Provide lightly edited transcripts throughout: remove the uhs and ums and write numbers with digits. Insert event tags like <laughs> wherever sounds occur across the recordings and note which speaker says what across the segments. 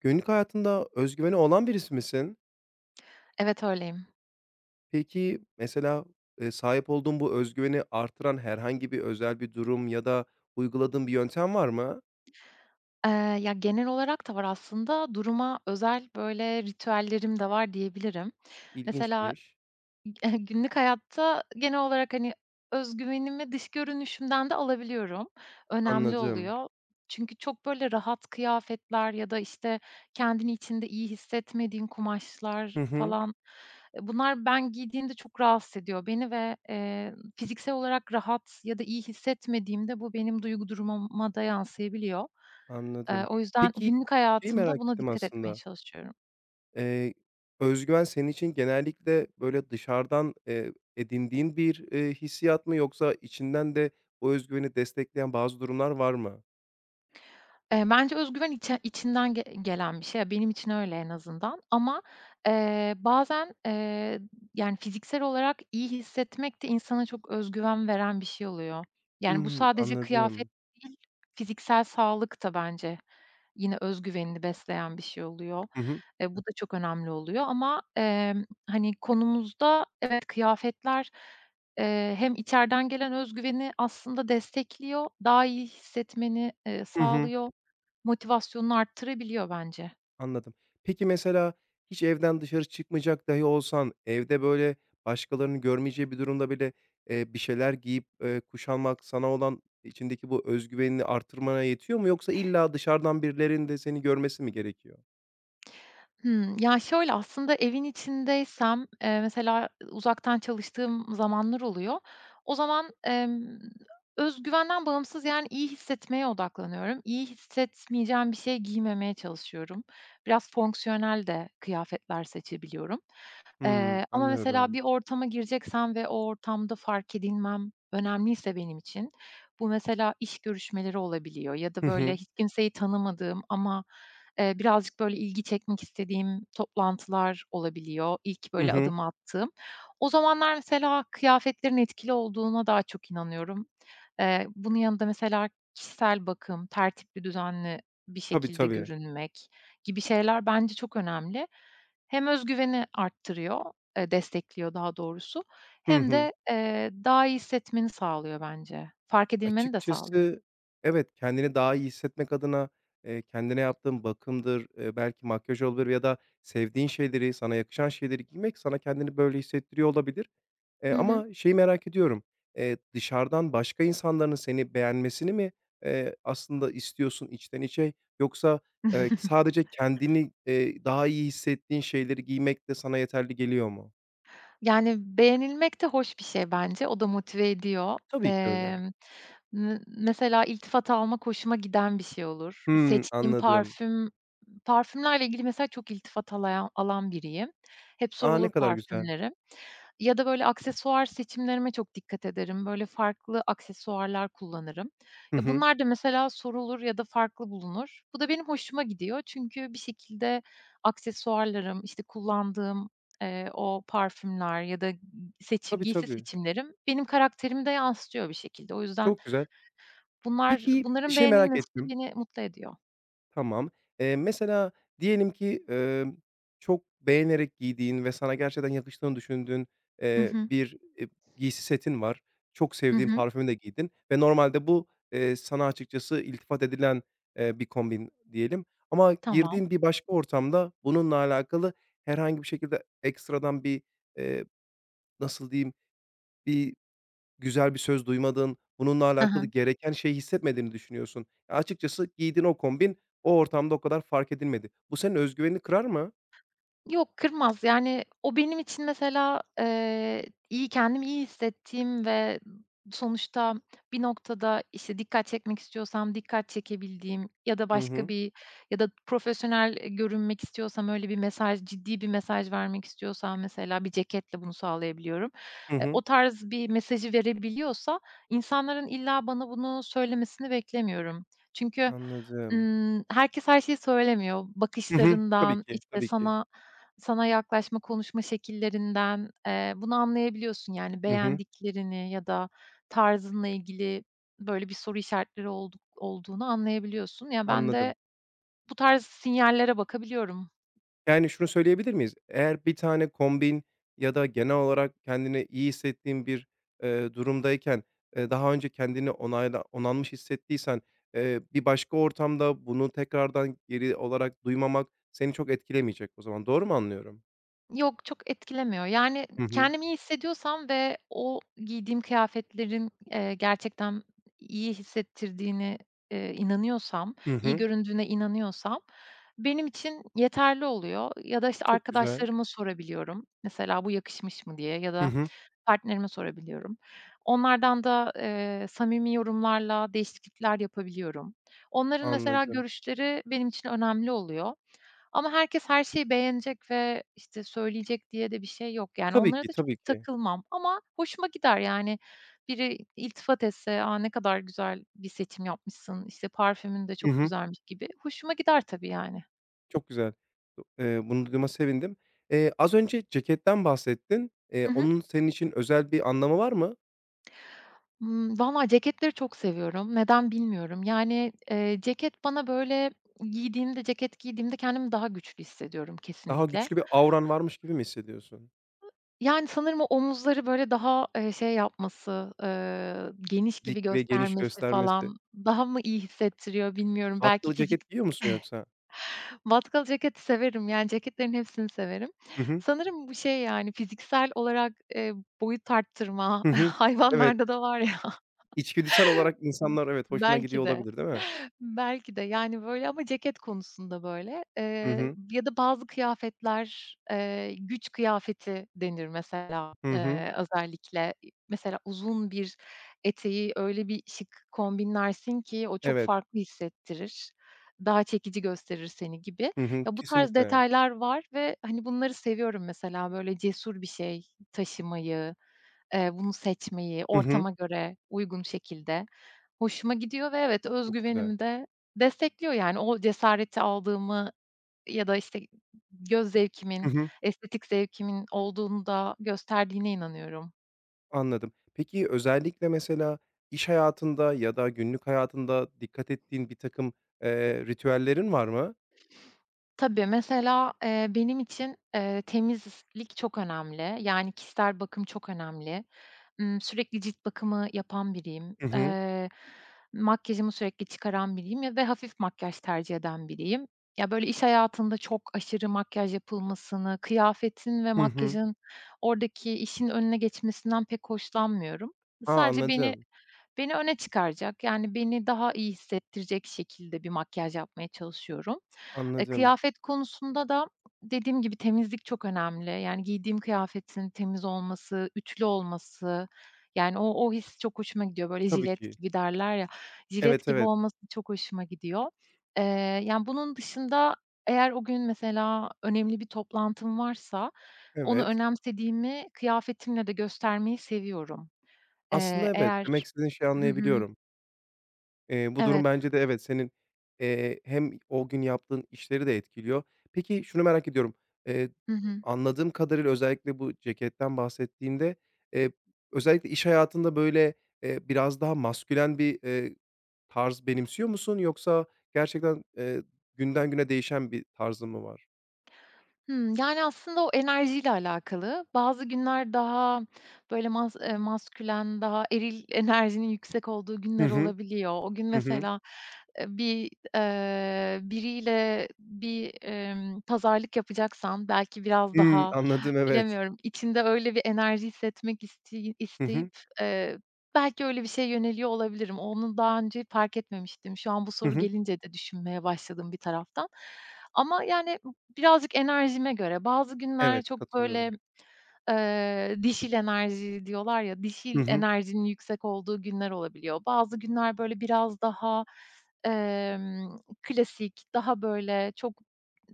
Speaker 1: Günlük hayatında özgüveni olan birisi misin?
Speaker 2: Evet, öyleyim.
Speaker 1: Peki, mesela, sahip olduğun bu özgüveni artıran herhangi bir özel bir durum ya da uyguladığın bir yöntem var mı?
Speaker 2: Eee, genel olarak da var aslında. Duruma özel, ritüellerim de var diyebilirim. Mesela,
Speaker 1: İlginçmiş.
Speaker 2: Günlük hayatta genel olarak, öz güvenimi dış görünüşümden de alabiliyorum. Önemli
Speaker 1: Anladım.
Speaker 2: oluyor. Çünkü çok, rahat kıyafetler ya da, işte, kendini içinde iyi hissetmediğin kumaşlar
Speaker 1: Hı hı,
Speaker 2: falan, bunlar ben giydiğimde çok rahatsız ediyor beni ve, fiziksel olarak rahat ya da iyi hissetmediğimde bu benim duygu durumuma da yansıyabiliyor.
Speaker 1: anladım.
Speaker 2: O yüzden
Speaker 1: Peki,
Speaker 2: günlük
Speaker 1: şeyi
Speaker 2: hayatımda
Speaker 1: merak
Speaker 2: buna
Speaker 1: ettim
Speaker 2: dikkat etmeye
Speaker 1: aslında.
Speaker 2: çalışıyorum.
Speaker 1: Eee, öz senin için genellikle, böyle, dışarıdan, edindiğin bir, hissiyat mı yoksa içinden de o özgüveni destekleyen bazı durumlar var mı?
Speaker 2: Bence öz güven içinden gelen bir şey. Ya, benim için öyle en azından ama, eee, bazen, eee, yani, fiziksel olarak iyi hissetmek de insana çok öz güven veren bir şey oluyor. Yani, bu
Speaker 1: Hımm,
Speaker 2: sadece kıyafet
Speaker 1: anladım.
Speaker 2: değil, fiziksel sağlık da bence yine öz güvenini besleyen bir şey oluyor.
Speaker 1: Hı hı.
Speaker 2: Bu da çok önemli oluyor ama, hani, konumuzda evet, kıyafetler, hem içeriden gelen öz güveni aslında destekliyor, daha iyi hissetmeni,
Speaker 1: Hı hı.
Speaker 2: sağlıyor. Motivasyonunu arttırabiliyor bence.
Speaker 1: Anladım. Peki mesela hiç evden dışarı çıkmayacak dahi olsan, evde böyle başkalarının görmeyeceği bir durumda bile, bir şeyler giyip, kuşanmak sana olan içindeki bu özgüvenini güvenini artırmana yetiyor mu yoksa illa dışarıdan birilerinin de seni görmesi mi gerekiyor?
Speaker 2: Hımm, ya, şöyle, aslında evin içindeysem, mesela uzaktan çalıştığım zamanlar oluyor. O zaman, öz güvenden bağımsız, yani, iyi hissetmeye odaklanıyorum. İyi hissetmeyeceğim bir şey giymemeye çalışıyorum. Biraz fonksiyonel de kıyafetler seçebiliyorum.
Speaker 1: Hımm,
Speaker 2: Ama mesela
Speaker 1: anlıyorum.
Speaker 2: bir ortama gireceksem ve o ortamda fark edilmem önemliyse benim için, bu mesela iş görüşmeleri olabiliyor ya
Speaker 1: Hı
Speaker 2: da böyle
Speaker 1: hı.
Speaker 2: hiç kimseyi tanımadığım ama, birazcık böyle ilgi çekmek istediğim toplantılar olabiliyor, ilk
Speaker 1: Hı
Speaker 2: böyle
Speaker 1: hı.
Speaker 2: adım attığım. O zamanlar mesela kıyafetlerin etkili olduğuna daha çok inanıyorum. Bunun yanında mesela kişisel bakım, tertipli, düzenli bir
Speaker 1: Tabii,
Speaker 2: şekilde
Speaker 1: tabii.
Speaker 2: görünmek gibi şeyler bence çok önemli. Hem güveni arttırıyor, destekliyor daha doğrusu
Speaker 1: Hı
Speaker 2: hem
Speaker 1: hı.
Speaker 2: de, daha iyi hissetmeni sağlıyor bence. Fark edilmeni de sağlıyor.
Speaker 1: Açıkçası evet, kendini daha iyi hissetmek adına, kendine yaptığın bakımdır, belki makyaj olabilir ya da sevdiğin şeyleri, sana yakışan şeyleri giymek sana kendini böyle hissettiriyor olabilir. Eee,
Speaker 2: Hı hı.
Speaker 1: ama şeyi merak ediyorum, dışarıdan başka insanların seni beğenmesini mi, aslında istiyorsun içten içe yoksa,
Speaker 2: <laughs>
Speaker 1: sadece kendini, daha iyi hissettiğin şeyleri giymek de sana yeterli geliyor mu?
Speaker 2: Yani, beğenilmek de hoş bir şey bence. O da motive ediyor.
Speaker 1: Tabii ki öyle.
Speaker 2: Emm, mesela iltifat almak hoşuma giden bir şey olur.
Speaker 1: Hımm,
Speaker 2: Seçtiğim
Speaker 1: anladım.
Speaker 2: parfümlerle ilgili mesela çok iltifat alan biriyim. Hep
Speaker 1: A, ne
Speaker 2: sorulur
Speaker 1: kadar güzel.
Speaker 2: parfümlerim ya da böyle aksesuar seçimlerime çok dikkat ederim. Böyle farklı aksesuarlar kullanırım.
Speaker 1: Hı
Speaker 2: Ya,
Speaker 1: hı.
Speaker 2: bunlar da mesela sorulur ya da farklı bulunur. Bu da benim hoşuma gidiyor çünkü bir şekilde aksesuarlarım, işte, kullandığım o parfümler ya da seçim
Speaker 1: Tabii,
Speaker 2: giysi
Speaker 1: tabii.
Speaker 2: seçimlerim benim karakterimi de yansıtıyor bir şekilde. O yüzden
Speaker 1: Çok güzel.
Speaker 2: bunlar
Speaker 1: Peki, bir
Speaker 2: bunların
Speaker 1: şey merak
Speaker 2: beğenilmesi
Speaker 1: ettim.
Speaker 2: beni mutlu ediyor.
Speaker 1: Tamam. Mesela diyelim ki, çok beğenerek giydiğin ve sana gerçekten yakıştığını düşündüğün,
Speaker 2: Hı hı.
Speaker 1: bir, giysi setin var. Çok
Speaker 2: Hı
Speaker 1: sevdiğin
Speaker 2: hı.
Speaker 1: parfümü de giydin ve normalde bu, sana açıkçası iltifat edilen, bir kombin diyelim ama
Speaker 2: Tamam.
Speaker 1: girdiğin bir başka ortamda bununla alakalı herhangi bir şekilde ekstradan bir, eee, nasıl diyeyim, bir güzel bir söz duymadın, bununla
Speaker 2: Hı
Speaker 1: alakalı
Speaker 2: hı.
Speaker 1: gereken şeyi hissetmediğini düşünüyorsun. Açıkçası giydiğin o kombin o ortamda o kadar fark edilmedi. Bu senin özgüvenini güvenini kırar mı?
Speaker 2: Yok, kırmaz. Yani, o benim için mesela, kendimi iyi hissettiğim ve sonuçta bir noktada, işte, dikkat çekmek istiyorsam dikkat çekebildiğim ya da
Speaker 1: Hı
Speaker 2: başka
Speaker 1: hı.
Speaker 2: bir ya da profesyonel görünmek istiyorsam, öyle bir mesaj, ciddi bir mesaj vermek istiyorsam mesela bir ceketle bunu sağlayabiliyorum.
Speaker 1: Hı hı.
Speaker 2: O tarz bir mesajı verebiliyorsa insanların illa bana bunu söylemesini beklemiyorum. Çünkü,
Speaker 1: Anladım.
Speaker 2: herkes her şeyi söylemiyor.
Speaker 1: Hı hı. Tabii
Speaker 2: Bakışlarından,
Speaker 1: ki,
Speaker 2: işte,
Speaker 1: tabii ki.
Speaker 2: sana yaklaşma, konuşma şekillerinden, bunu anlayabiliyorsun. Yani
Speaker 1: Hı hı.
Speaker 2: beğendiklerini ya da tarzınla ilgili böyle bir soru işaretleri olduğunu anlayabiliyorsun. Ya, ben
Speaker 1: Anladım.
Speaker 2: de bu tarz sinyallere bakabiliyorum.
Speaker 1: Yani, şunu söyleyebilir miyiz? Eğer bir tane kombin ya da genel olarak kendini iyi hissettiğin bir, durumdayken, daha önce kendini onanmış hissettiysen, bir başka ortamda bunu tekrardan geri olarak duymamak seni çok etkilemeyecek o zaman. Doğru mu anlıyorum?
Speaker 2: Yok, çok etkilemiyor. Yani,
Speaker 1: Hı hı.
Speaker 2: kendimi iyi hissediyorsam ve o giydiğim kıyafetlerin, gerçekten iyi hissettirdiğine, inanıyorsam,
Speaker 1: Hı
Speaker 2: iyi
Speaker 1: hı.
Speaker 2: göründüğüne inanıyorsam benim için yeterli oluyor. Ya da, işte,
Speaker 1: Çok güzel.
Speaker 2: arkadaşlarıma sorabiliyorum. Mesela, "Bu yakışmış mı?" diye ya
Speaker 1: Hı
Speaker 2: da
Speaker 1: hı.
Speaker 2: partnerime sorabiliyorum. Onlardan da, samimi yorumlarla değişiklikler yapabiliyorum. Onların mesela
Speaker 1: Anladım.
Speaker 2: görüşleri benim için önemli oluyor. Ama herkes her şeyi beğenecek ve, işte, söyleyecek diye de bir şey yok. Yani
Speaker 1: Tabii
Speaker 2: onlara
Speaker 1: ki,
Speaker 2: da çok
Speaker 1: tabii ki.
Speaker 2: takılmam ama hoşuma gider, yani. Biri iltifat etse, "A, ne kadar güzel bir seçim yapmışsın, işte, parfümün de
Speaker 1: Hı
Speaker 2: çok
Speaker 1: hı.
Speaker 2: güzelmiş." gibi. Hoşuma gider tabii, yani.
Speaker 1: Çok güzel. Bunu duyduğuma sevindim. Az önce ceketten bahsettin.
Speaker 2: Hı hı.
Speaker 1: Onun senin için özel bir anlamı var mı?
Speaker 2: Imm, valla ceketleri çok seviyorum. Neden bilmiyorum. Yani, ceket bana, böyle, giydiğimde, ceket giydiğimde kendimi daha güçlü hissediyorum
Speaker 1: Daha
Speaker 2: kesinlikle.
Speaker 1: güçlü bir auran varmış gibi mi hissediyorsun?
Speaker 2: Yani, sanırım o omuzları, böyle, daha, şey yapması, geniş gibi
Speaker 1: Dik ve geniş
Speaker 2: göstermesi
Speaker 1: göstermesi.
Speaker 2: falan daha mı iyi hissettiriyor bilmiyorum. Belki
Speaker 1: Atkılı
Speaker 2: fizik
Speaker 1: ceket giyiyor musun
Speaker 2: <laughs>
Speaker 1: yoksa?
Speaker 2: Batkal ceketi severim, yani, ceketlerin hepsini severim.
Speaker 1: Hı hı.
Speaker 2: Sanırım bu şey, yani, fiziksel olarak, boyut arttırma
Speaker 1: Hı hı.
Speaker 2: <laughs>
Speaker 1: Evet,
Speaker 2: hayvanlarda da var ya.
Speaker 1: içgüdüsel olarak insanlar evet, hoşuna gidiyor
Speaker 2: Belki de.
Speaker 1: olabilir, değil mi?
Speaker 2: <laughs> Belki de, yani, böyle ama ceket konusunda böyle,
Speaker 1: Hı hı.
Speaker 2: ya da bazı kıyafetler, güç kıyafeti denir mesela,
Speaker 1: Hı hı.
Speaker 2: özellikle. Mesela uzun bir eteği öyle bir şık kombinlersin ki o çok
Speaker 1: Evet.
Speaker 2: farklı hissettirir, daha çekici gösterir seni gibi.
Speaker 1: Hı hı.
Speaker 2: Ya, bu tarz
Speaker 1: Kesinlikle.
Speaker 2: detaylar var ve, hani, bunları seviyorum mesela, böyle cesur bir şey taşımayı, bunu seçmeyi
Speaker 1: Hı hı.
Speaker 2: ortama göre uygun şekilde. Hoşuma gidiyor ve evet, öz
Speaker 1: Çok güzel.
Speaker 2: de destekliyor yani. O cesareti aldığımı ya da, işte, göz
Speaker 1: Hı
Speaker 2: zevkimin,
Speaker 1: hı.
Speaker 2: estetik zevkimin olduğunu da gösterdiğine inanıyorum.
Speaker 1: Anladım. Peki özellikle mesela iş hayatında ya da günlük hayatında dikkat ettiğin birtakım, ritüellerin var mı?
Speaker 2: Tabii, mesela, benim için, temizlik çok önemli. Yani kişisel bakım çok önemli. Imm, sürekli cilt bakımı yapan biriyim.
Speaker 1: Hı hı.
Speaker 2: Makyajımı sürekli çıkaran biriyim ya ve hafif makyaj tercih eden biriyim. Ya, böyle, iş hayatında çok aşırı makyaj yapılmasını, kıyafetin ve
Speaker 1: Hı hı.
Speaker 2: makyajın oradaki işin önüne geçmesinden pek hoşlanmıyorum.
Speaker 1: A,
Speaker 2: Sadece beni
Speaker 1: anladım,
Speaker 2: beni öne çıkaracak, yani, beni daha iyi hissettirecek şekilde bir makyaj yapmaya çalışıyorum.
Speaker 1: anladım.
Speaker 2: Kıyafet konusunda da dediğim gibi temizlik çok önemli. Yani, giydiğim kıyafetin temiz olması, ütülü olması, yani, o his çok hoşuma gidiyor. Böyle
Speaker 1: Tabii
Speaker 2: jilet
Speaker 1: ki.
Speaker 2: gibi derler ya, jilet
Speaker 1: Evet,
Speaker 2: gibi
Speaker 1: evet.
Speaker 2: olması çok hoşuma gidiyor. Eee, yani, bunun dışında eğer o gün mesela önemli bir toplantım varsa onu
Speaker 1: Evet.
Speaker 2: önemsediğimi kıyafetimle de göstermeyi seviyorum.
Speaker 1: Aslında evet, demek
Speaker 2: Eğer
Speaker 1: istediğin şeyi
Speaker 2: <laughs>
Speaker 1: anlayabiliyorum. Bu durum
Speaker 2: Evet.
Speaker 1: bence de evet, senin, hem o gün yaptığın işleri de etkiliyor. Peki şunu merak ediyorum. Eee,
Speaker 2: Hı hı.
Speaker 1: Anladığım kadarıyla özellikle bu ceketten bahsettiğinde, eee, özellikle iş hayatında, böyle, biraz daha maskülen bir, tarz benimsiyor musun yoksa gerçekten, günden güne değişen bir tarzın mı var?
Speaker 2: Hımm, yani, aslında o enerjiyle alakalı. Bazı günler daha, böyle, maskülen, daha eril <laughs> enerjinin yüksek olduğu
Speaker 1: Hı
Speaker 2: günler
Speaker 1: hı.
Speaker 2: olabiliyor. O gün
Speaker 1: Hı hı.
Speaker 2: mesela e, bir, biriyle bir, pazarlık yapacaksan belki biraz
Speaker 1: Hımm,
Speaker 2: daha,
Speaker 1: anladım, evet.
Speaker 2: bilemiyorum, içinde öyle bir enerji hissetmek isteyi
Speaker 1: Hı
Speaker 2: isteyip,
Speaker 1: hı.
Speaker 2: eee, belki öyle bir şeye yöneliyor olabilirim. Onu daha önce fark etmemiştim. Şu an bu
Speaker 1: Hı
Speaker 2: soru
Speaker 1: hı.
Speaker 2: gelince de düşünmeye başladım bir taraftan. Ama, yani, birazcık enerjime göre. Bazı günler
Speaker 1: Evet,
Speaker 2: çok böyle
Speaker 1: katılıyorum.
Speaker 2: Dişil enerji diyorlar ya, dişil
Speaker 1: Hı hı.
Speaker 2: enerjinin yüksek olduğu günler olabiliyor. Bazı günler böyle biraz daha, emm, klasik, daha böyle çok,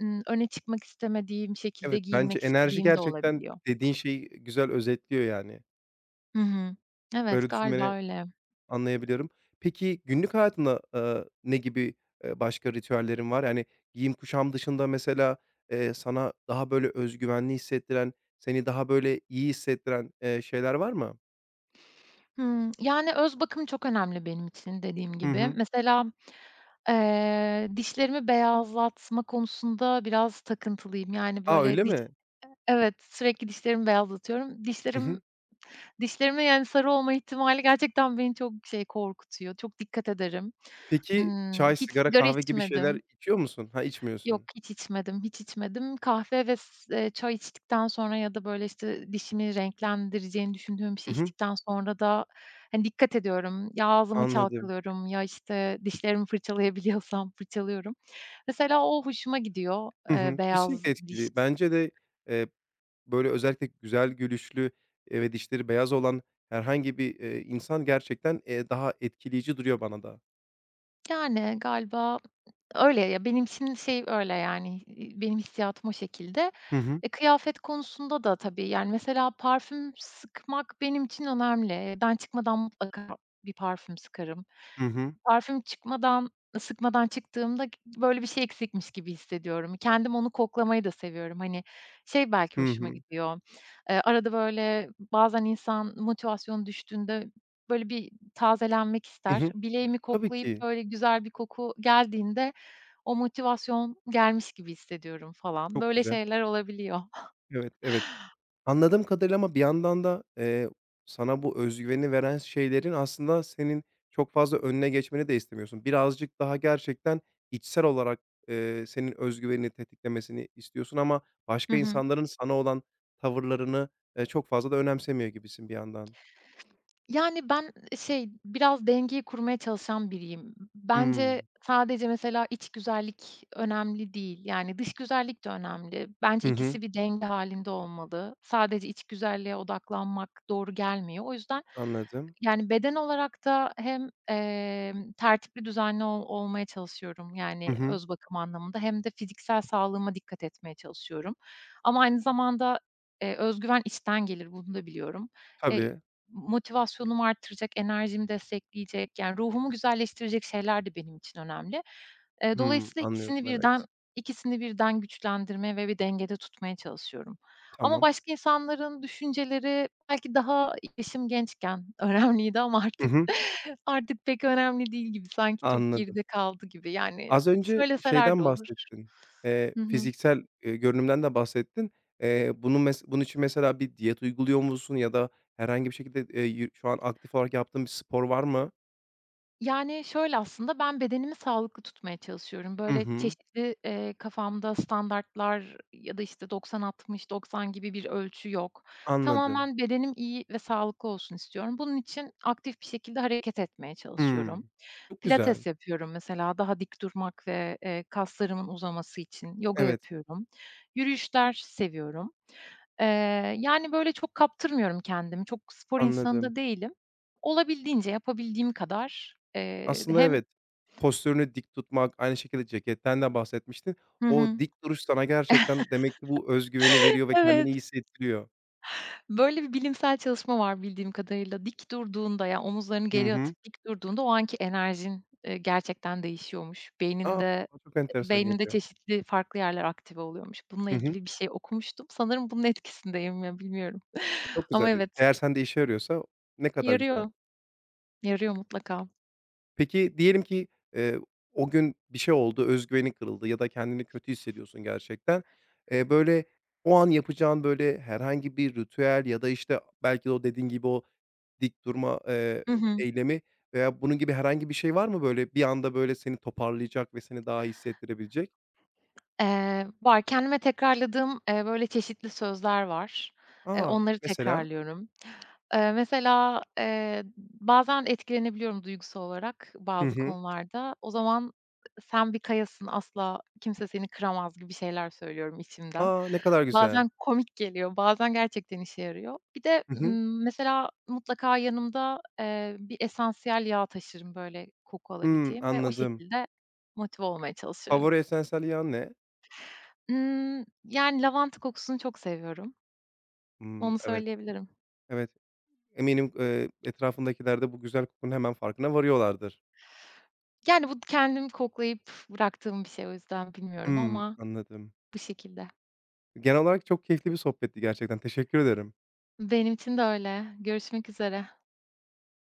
Speaker 2: öne çıkmak istemediğim şekilde
Speaker 1: Evet, bence
Speaker 2: giyinmek
Speaker 1: enerji
Speaker 2: istediğim de
Speaker 1: gerçekten
Speaker 2: olabiliyor.
Speaker 1: dediğin şeyi güzel özetliyor yani.
Speaker 2: Hı hı. Evet,
Speaker 1: Böyle düşünmeni
Speaker 2: galiba öyle.
Speaker 1: anlayabiliyorum. Peki günlük hayatında, ne gibi, başka ritüellerin var? Yani giyim kuşam dışında mesela, sana daha böyle özgüvenli hissettiren, seni daha böyle iyi hissettiren, şeyler var mı?
Speaker 2: Hımm, yani, öz bakım çok önemli benim için dediğim
Speaker 1: Hı
Speaker 2: gibi.
Speaker 1: hı.
Speaker 2: Mesela, dişlerimi beyazlatma konusunda biraz takıntılıyım. Yani,
Speaker 1: A, öyle
Speaker 2: böyle diş
Speaker 1: mi?
Speaker 2: Evet, sürekli dişlerimi beyazlatıyorum.
Speaker 1: Hı hı.
Speaker 2: Dişlerimin, yani, sarı olma ihtimali gerçekten beni çok şey korkutuyor. Çok dikkat ederim.
Speaker 1: Peki
Speaker 2: Imm,
Speaker 1: çay,
Speaker 2: hiç
Speaker 1: sigara,
Speaker 2: sigara
Speaker 1: kahve gibi şeyler
Speaker 2: içmedim.
Speaker 1: içiyor musun? Ha,
Speaker 2: Yok,
Speaker 1: içmiyorsun.
Speaker 2: hiç içmedim, hiç içmedim. Kahve ve s çay içtikten sonra ya da, böyle, işte, dişimi renklendireceğini düşündüğüm bir
Speaker 1: Hı
Speaker 2: şey
Speaker 1: hı.
Speaker 2: içtikten sonra da, hani, dikkat ediyorum. Ya ağzımı
Speaker 1: Anladım.
Speaker 2: çalkalıyorum ya, işte, dişlerimi fırçalayabiliyorsam <laughs> fırçalıyorum. Mesela o hoşuma gidiyor,
Speaker 1: Hı hı.
Speaker 2: beyaz
Speaker 1: Kesinlikle
Speaker 2: diş.
Speaker 1: etkili. Bence de, eee Böyle, özellikle güzel gülüşlü, ve dişleri beyaz olan herhangi bir, insan gerçekten, daha etkileyici duruyor bana da.
Speaker 2: Yani, galiba Öyle ya, benim için şey öyle yani, benim hissiyatım o şekilde.
Speaker 1: Hı hı.
Speaker 2: E, kıyafet konusunda da tabii, yani, mesela parfüm sıkmak benim için önemli. Evden çıkmadan mutlaka bir parfüm sıkarım.
Speaker 1: Hı hı.
Speaker 2: Parfüm sıkmadan çıktığımda böyle bir şey eksikmiş gibi hissediyorum. Kendim onu koklamayı da seviyorum. Hani, şey belki
Speaker 1: Hı
Speaker 2: hoşuma
Speaker 1: hı.
Speaker 2: gidiyor, arada böyle bazen insan motivasyonu düştüğünde böyle bir tazelenmek
Speaker 1: Hı
Speaker 2: ister.
Speaker 1: hı.
Speaker 2: Bileğimi
Speaker 1: Tabii
Speaker 2: koklayıp
Speaker 1: ki.
Speaker 2: böyle güzel bir koku geldiğinde o motivasyon gelmiş gibi hissediyorum falan.
Speaker 1: Çok
Speaker 2: Böyle
Speaker 1: güzel.
Speaker 2: şeyler olabiliyor. <laughs>
Speaker 1: Evet, evet. Anladığım kadarıyla ama bir yandan da, sana bu özgüveni veren şeylerin aslında senin çok fazla önüne geçmeni de istemiyorsun. Birazcık daha gerçekten içsel olarak, senin özgüvenini tetiklemesini istiyorsun ama
Speaker 2: Hı
Speaker 1: başka
Speaker 2: hı.
Speaker 1: insanların sana olan tavırlarını, çok fazla da önemsemiyor gibisin bir yandan.
Speaker 2: Yani, ben, şey, biraz dengeyi kurmaya çalışan biriyim. Bence
Speaker 1: Hımm.
Speaker 2: sadece mesela iç güzellik önemli değil. Yani, dış güzellik de önemli. Bence
Speaker 1: Hı hı.
Speaker 2: ikisi bir denge halinde olmalı. Sadece iç güzelliğe odaklanmak doğru gelmiyor. O yüzden,
Speaker 1: Anladım.
Speaker 2: yani, beden olarak da hem, tertipli, düzenli olmaya çalışıyorum,
Speaker 1: Hı
Speaker 2: yani,
Speaker 1: hı.
Speaker 2: öz bakım anlamında hem de fiziksel sağlığıma dikkat etmeye çalışıyorum. Ama aynı zamanda, öz içten gelir, bunu da biliyorum. Eee,
Speaker 1: Tabii.
Speaker 2: Motivasyonumu artıracak, enerjimi destekleyecek, yani ruhumu güzelleştirecek şeyler de benim için önemli.
Speaker 1: Hımm.
Speaker 2: Dolayısıyla
Speaker 1: Anlıyorum, evet.
Speaker 2: ikisini birden güçlendirmeye ve bir dengede tutmaya çalışıyorum. Ama
Speaker 1: Tamam.
Speaker 2: başka insanların düşünceleri belki daha yaşım gençken <laughs> önemliydi ama
Speaker 1: Hı
Speaker 2: artık
Speaker 1: hı.
Speaker 2: <laughs> artık pek önemli değil gibi. Sanki çok
Speaker 1: Anladım.
Speaker 2: geride kaldı gibi. Yani
Speaker 1: Az önce
Speaker 2: söyleseler de
Speaker 1: şeyden
Speaker 2: olur.
Speaker 1: bahsettin,
Speaker 2: Hı hı.
Speaker 1: fiziksel, görünümden de bahsettin. Bunun için mesela bir diyet uyguluyor musun ya da herhangi bir şekilde, yü şu an aktif olarak yaptığın bir spor var mı?
Speaker 2: Yani, şöyle aslında, ben bedenimi sağlıklı tutmaya çalışıyorum.
Speaker 1: Hı
Speaker 2: Böyle
Speaker 1: hı.
Speaker 2: çeşitli, kafamda standartlar ya da, işte, 90-60, 90 gibi bir ölçü yok.
Speaker 1: Anladım.
Speaker 2: Tamamen bedenim iyi ve sağlıklı olsun istiyorum. Bunun için aktif bir şekilde hareket etmeye çalışıyorum.
Speaker 1: Hımm. Çok güzel.
Speaker 2: Pilates yapıyorum mesela, daha dik durmak ve, kaslarımın uzaması için. Yoga
Speaker 1: Evet,
Speaker 2: yapıyorum. Yürüyüşler seviyorum. Yani, böyle, çok kaptırmıyorum kendimi. Çok spor insanı
Speaker 1: anladım.
Speaker 2: da değilim. Olabildiğince yapabildiğim kadar,
Speaker 1: Aslında
Speaker 2: hem
Speaker 1: evet, postürünü dik tutmak, aynı şekilde ceketten de bahsetmiştin.
Speaker 2: <laughs> Hı
Speaker 1: O
Speaker 2: hı.
Speaker 1: dik duruş sana gerçekten demek ki bu özgüveni veriyor ve kendini iyi
Speaker 2: Evet,
Speaker 1: hissettiriyor.
Speaker 2: böyle bir bilimsel çalışma var bildiğim kadarıyla. Dik durduğunda, ya, omuzlarını
Speaker 1: Hı
Speaker 2: geriye
Speaker 1: hı.
Speaker 2: atıp dik durduğunda o anki enerjin, gerçekten değişiyormuş.
Speaker 1: A!
Speaker 2: Beyninde
Speaker 1: Kulağa çok
Speaker 2: e,
Speaker 1: enteresan
Speaker 2: beyninde
Speaker 1: geliyor.
Speaker 2: çeşitli farklı yerler aktive oluyormuş. Bununla
Speaker 1: Hı hı.
Speaker 2: ilgili bir şey okumuştum. Sanırım bunun etkisindeyim ya, bilmiyorum
Speaker 1: Çok
Speaker 2: ama
Speaker 1: güzel.
Speaker 2: evet,
Speaker 1: Eğer sende işe yarıyorsa ne kadar güzel.
Speaker 2: yarıyor, yarıyor mutlaka.
Speaker 1: Peki diyelim ki, eee, o gün bir şey oldu, kırıldı ya da kendini kötü hissediyorsun gerçekten. Böyle, o an yapacağın, böyle, herhangi bir ritüel ya da, işte, belki de o dediğin gibi o dik durma,
Speaker 2: Hı hı.
Speaker 1: eylemi veya bunun gibi herhangi bir şey var mı böyle bir anda, böyle, seni toparlayacak ve seni daha iyi hissettirebilecek?
Speaker 2: Var. Kendime tekrarladığım, böyle, çeşitli sözler var.
Speaker 1: A!
Speaker 2: Onları
Speaker 1: Mesela?
Speaker 2: tekrarlıyorum. Mesela, bazen etkilenebiliyorum duygusal olarak
Speaker 1: Hı
Speaker 2: bazı
Speaker 1: hı.
Speaker 2: konularda. O zaman "Sen bir kayasın, asla kimse seni kıramaz." gibi şeyler söylüyorum içimden.
Speaker 1: A! Ne kadar güzel.
Speaker 2: Bazen komik geliyor, bazen gerçekten işe yarıyor. Bir de,
Speaker 1: Hı hı.
Speaker 2: mesela mutlaka yanımda, bir esansiyel yağ taşırım, böyle, koku
Speaker 1: Hımm,
Speaker 2: alabileceğim ve o
Speaker 1: anladım.
Speaker 2: şekilde motive olmaya çalışıyorum.
Speaker 1: Favori esansiyel yağın ne?
Speaker 2: Imm, yani, lavanta kokusunu çok seviyorum.
Speaker 1: Hımm,
Speaker 2: Onu
Speaker 1: evet,
Speaker 2: söyleyebilirim.
Speaker 1: evet. Eminim, etrafındakiler de bu güzel kokunun hemen farkına varıyorlardır.
Speaker 2: Yani, bu kendim koklayıp bıraktığım bir şey o yüzden bilmiyorum
Speaker 1: Hımm,
Speaker 2: ama
Speaker 1: anladım.
Speaker 2: bu şekilde.
Speaker 1: Genel olarak çok keyifli bir sohbetti gerçekten. Teşekkür ederim.
Speaker 2: Benim için de öyle. Görüşmek üzere.